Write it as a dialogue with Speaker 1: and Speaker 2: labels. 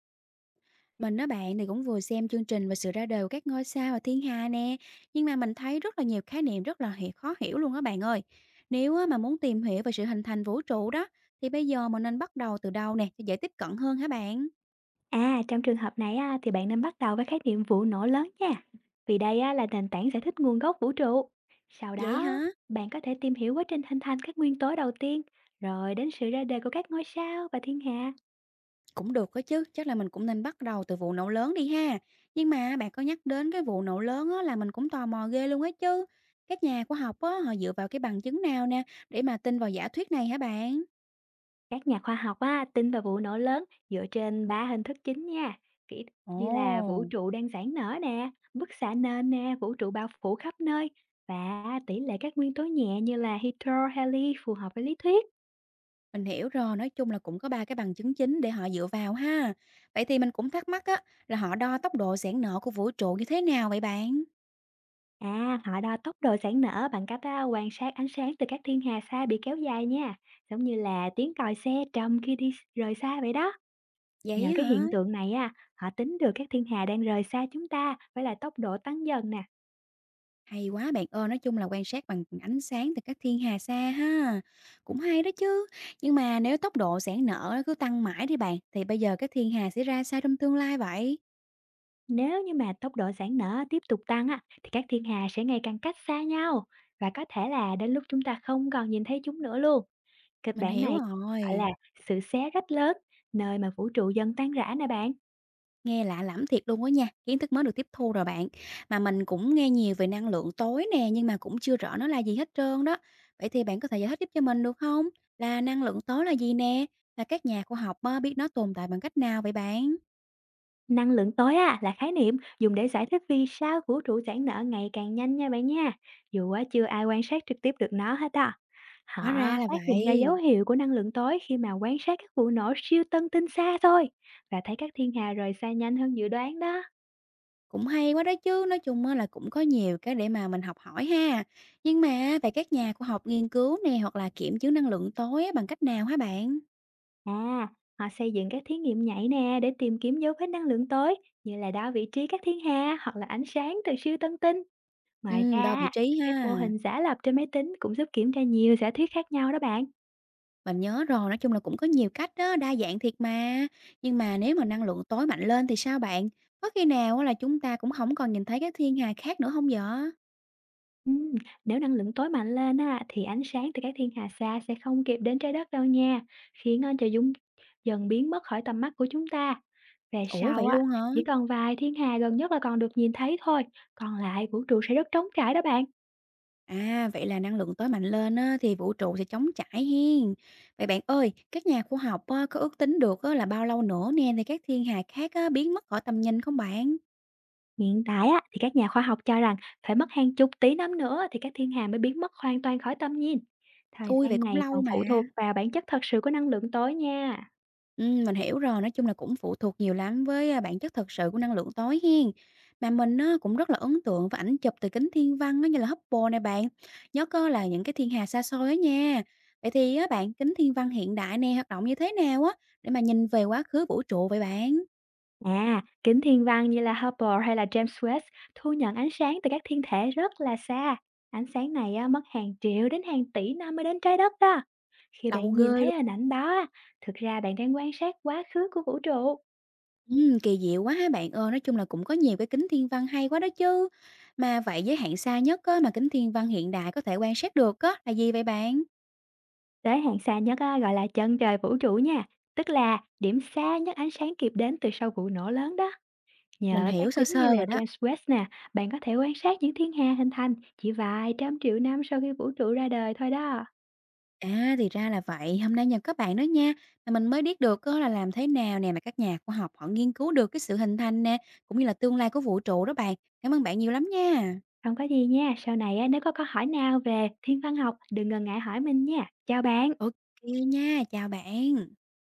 Speaker 1: Mình á bạn thì cũng vừa xem chương trình về sự ra đời của các ngôi sao và thiên hà nè, nhưng mà mình thấy rất là nhiều khái niệm khó hiểu luôn á bạn ơi. Nếu á mà muốn tìm hiểu về sự hình thành vũ trụ đó, thì bây giờ mình nên bắt đầu từ đâu nè, cho dễ tiếp cận hơn hả bạn?
Speaker 2: À, trong trường hợp này á, thì bạn nên bắt đầu với khái niệm vụ nổ lớn nha. Vì đây á, là nền tảng giải thích nguồn gốc vũ trụ. Sau
Speaker 1: Vậy
Speaker 2: đó,
Speaker 1: hả?
Speaker 2: bạn có thể tìm hiểu quá trình hình thành các nguyên tố đầu tiên, rồi đến sự ra đời của các ngôi sao và thiên hà.
Speaker 1: Cũng được đó chứ, chắc là mình cũng nên bắt đầu từ vụ nổ lớn đi ha. Nhưng mà bạn có nhắc đến cái vụ nổ lớn á là mình cũng tò mò ghê luôn á chứ. Các nhà khoa học á, họ dựa vào cái bằng chứng nào nè để mà tin vào giả thuyết này hả bạn?
Speaker 2: Các nhà khoa học á, tin vào vụ nổ lớn dựa trên ba hình thức chính nha. Kỹ như là vũ
Speaker 1: Ồ.
Speaker 2: trụ đang giãn nở nè, bức xạ nền nè, vũ trụ bao phủ khắp nơi và tỷ lệ các nguyên tố nhẹ như là hydro, heli phù hợp với lý thuyết.
Speaker 1: Mình hiểu rồi, nói chung là cũng có 3 cái bằng chứng chính để họ dựa vào ha. Vậy thì mình cũng thắc mắc á, là họ đo tốc độ giãn nở của vũ trụ như thế nào vậy bạn?
Speaker 2: À, họ đo tốc độ giãn nở bằng cách á, quan sát ánh sáng từ các thiên hà xa bị kéo dài nha, giống như là tiếng còi xe trầm khi đi rời xa vậy đó.
Speaker 1: Vậy
Speaker 2: Nhờ cái
Speaker 1: á hả?
Speaker 2: hiện tượng này á, họ tính được các thiên hà đang rời xa chúng ta với lại tốc độ tăng dần nè.
Speaker 1: Hay quá bạn ơi, nói chung là quan sát bằng ánh sáng từ các thiên hà xa ha. Cũng hay đó chứ. Nhưng mà nếu tốc độ giãn nở nó cứ tăng mãi đi bạn, thì bây giờ các thiên hà sẽ ra sao trong tương lai vậy?
Speaker 2: Nếu như mà tốc độ giãn nở tiếp tục tăng á, thì các thiên hà sẽ ngày càng cách xa nhau và có thể là đến lúc chúng ta không còn nhìn thấy chúng nữa luôn. Kịch
Speaker 1: Mình
Speaker 2: bản
Speaker 1: hiểu
Speaker 2: này gọi
Speaker 1: rồi.
Speaker 2: là sự xé rách lớn, nơi mà vũ trụ dần tan rã nè bạn.
Speaker 1: Nghe lạ lẫm thiệt luôn á nha, kiến thức mới được tiếp thu rồi bạn. Mà mình cũng nghe nhiều về năng lượng tối nè, nhưng mà cũng chưa rõ nó là gì hết trơn đó. Vậy thì bạn có thể giải thích giúp cho mình được không? Là năng lượng tối là gì nè? Và các nhà khoa học á, biết nó tồn tại bằng cách nào vậy bạn?
Speaker 2: Năng lượng tối á, là khái niệm dùng để giải thích vì sao vũ trụ giãn nở ngày càng nhanh nha bạn nha. Dù á, chưa ai quan sát trực tiếp được nó hết á.
Speaker 1: Hóa
Speaker 2: Họ
Speaker 1: ra là
Speaker 2: phát hiện ra dấu
Speaker 1: vậy.
Speaker 2: hiệu của năng lượng tối khi mà quan sát các vụ nổ siêu tân tinh xa thôi và thấy các thiên hà rời xa nhanh hơn dự đoán đó.
Speaker 1: Cũng hay quá đó chứ, nói chung á là cũng có nhiều cái để mà mình học hỏi ha. Nhưng mà về các nhà khoa học nghiên cứu nè hoặc là kiểm chứng năng lượng tối á, bằng cách nào hả bạn?
Speaker 2: À, họ xây dựng các thí nghiệm nhảy nè để tìm kiếm dấu vết năng lượng tối như là đo vị trí các thiên hà hoặc là ánh sáng từ siêu tân tinh. Ngoài
Speaker 1: Ừ,
Speaker 2: ra,
Speaker 1: đo vị
Speaker 2: á,
Speaker 1: trí
Speaker 2: các
Speaker 1: ha.
Speaker 2: mô hình giả lập trên máy tính cũng giúp kiểm tra nhiều giả thuyết khác nhau đó bạn.
Speaker 1: Mình nhớ rồi, nói chung là cũng có nhiều cách đó, đa dạng thiệt mà. Nhưng mà nếu mà năng lượng tối mạnh lên thì sao bạn? Có khi nào á là chúng ta cũng không còn nhìn thấy cái thiên hà khác nữa không vậy?
Speaker 2: Ừm, nếu năng lượng tối mạnh lên á, thì ánh sáng từ các thiên hà xa sẽ không kịp đến trái đất đâu nha, khiến trời dung dần biến mất khỏi tầm mắt của chúng ta. Về
Speaker 1: Ủa,
Speaker 2: sau
Speaker 1: vậy
Speaker 2: á,
Speaker 1: luôn hả?
Speaker 2: chỉ còn vài thiên hà gần nhất là còn được nhìn thấy thôi, còn lại vũ trụ sẽ rất trống trải đó bạn.
Speaker 1: À, vậy là năng lượng tối mạnh lên á thì vũ trụ sẽ chống chảy hen. Vậy bạn ơi, các nhà khoa học á có ước tính được á là bao lâu nữa nè thì các thiên hà khác á biến mất khỏi tầm nhìn không bạn?
Speaker 2: Hiện tại á, thì các nhà khoa học cho rằng phải mất hàng chục tỷ năm nữa thì các thiên hà mới biến mất hoàn toàn khỏi tầm nhìn. Thời
Speaker 1: Ui vậy
Speaker 2: gian
Speaker 1: cũng
Speaker 2: này
Speaker 1: lâu
Speaker 2: còn
Speaker 1: mà.
Speaker 2: phụ thuộc vào bản chất thật sự của năng lượng tối nha.
Speaker 1: Mình hiểu rồi, nói chung là cũng phụ thuộc nhiều lắm với, a, bản chất thật sự của năng lượng tối hen. Mà mình á, cũng rất là ấn tượng với ảnh chụp từ kính thiên văn á, như là Hubble này bạn, nhớ á là những cái thiên hà xa xôi á nha. Vậy thì á bạn, kính thiên văn hiện đại nè, hoạt động như thế nào á, để mà nhìn về quá khứ vũ trụ vậy bạn?
Speaker 2: À, kính thiên văn như là Hubble hay là James Webb thu nhận ánh sáng từ các thiên thể rất là xa. Ánh sáng này á, mất hàng triệu đến hàng tỷ năm mới đến trái đất đó. Khi
Speaker 1: Lâu
Speaker 2: bạn nhìn
Speaker 1: ghê luôn.
Speaker 2: thấy hình ảnh đó, á, thực ra bạn đang quan sát quá khứ của vũ trụ.
Speaker 1: Kỳ diệu quá ha bạn ơi, nói chung là cũng có nhiều cái kính thiên văn hay quá đó chứ. Mà vậy giới hạn xa nhất á, mà kính thiên văn hiện đại có thể quan sát được á, là gì vậy bạn?
Speaker 2: Tới hàng xa nhất á, gọi là chân trời vũ trụ nha, tức là điểm xa nhất ánh sáng kịp đến từ sau vụ nổ lớn đó.
Speaker 1: Mình
Speaker 2: Nhờ các
Speaker 1: hiểu sơ
Speaker 2: kính như
Speaker 1: sơ
Speaker 2: là
Speaker 1: rồi đó.
Speaker 2: James Webb nè, bạn có thể quan sát những thiên hà hình thành chỉ vài trăm triệu năm sau khi vũ trụ ra đời thôi đó.
Speaker 1: À, thì ra là vậy, hôm nay nhờ các bạn đó nha, mà mình mới biết được á là làm thế nào nè mà các nhà khoa học họ nghiên cứu được cái sự hình thành nè, cũng như là tương lai của vũ trụ đó bạn. Cảm ơn bạn nhiều lắm nha.
Speaker 2: Không có gì nha, sau này á, nếu có câu hỏi nào về thiên văn học, đừng ngần ngại hỏi mình nha. Chào bạn.
Speaker 1: Ok nha, chào bạn.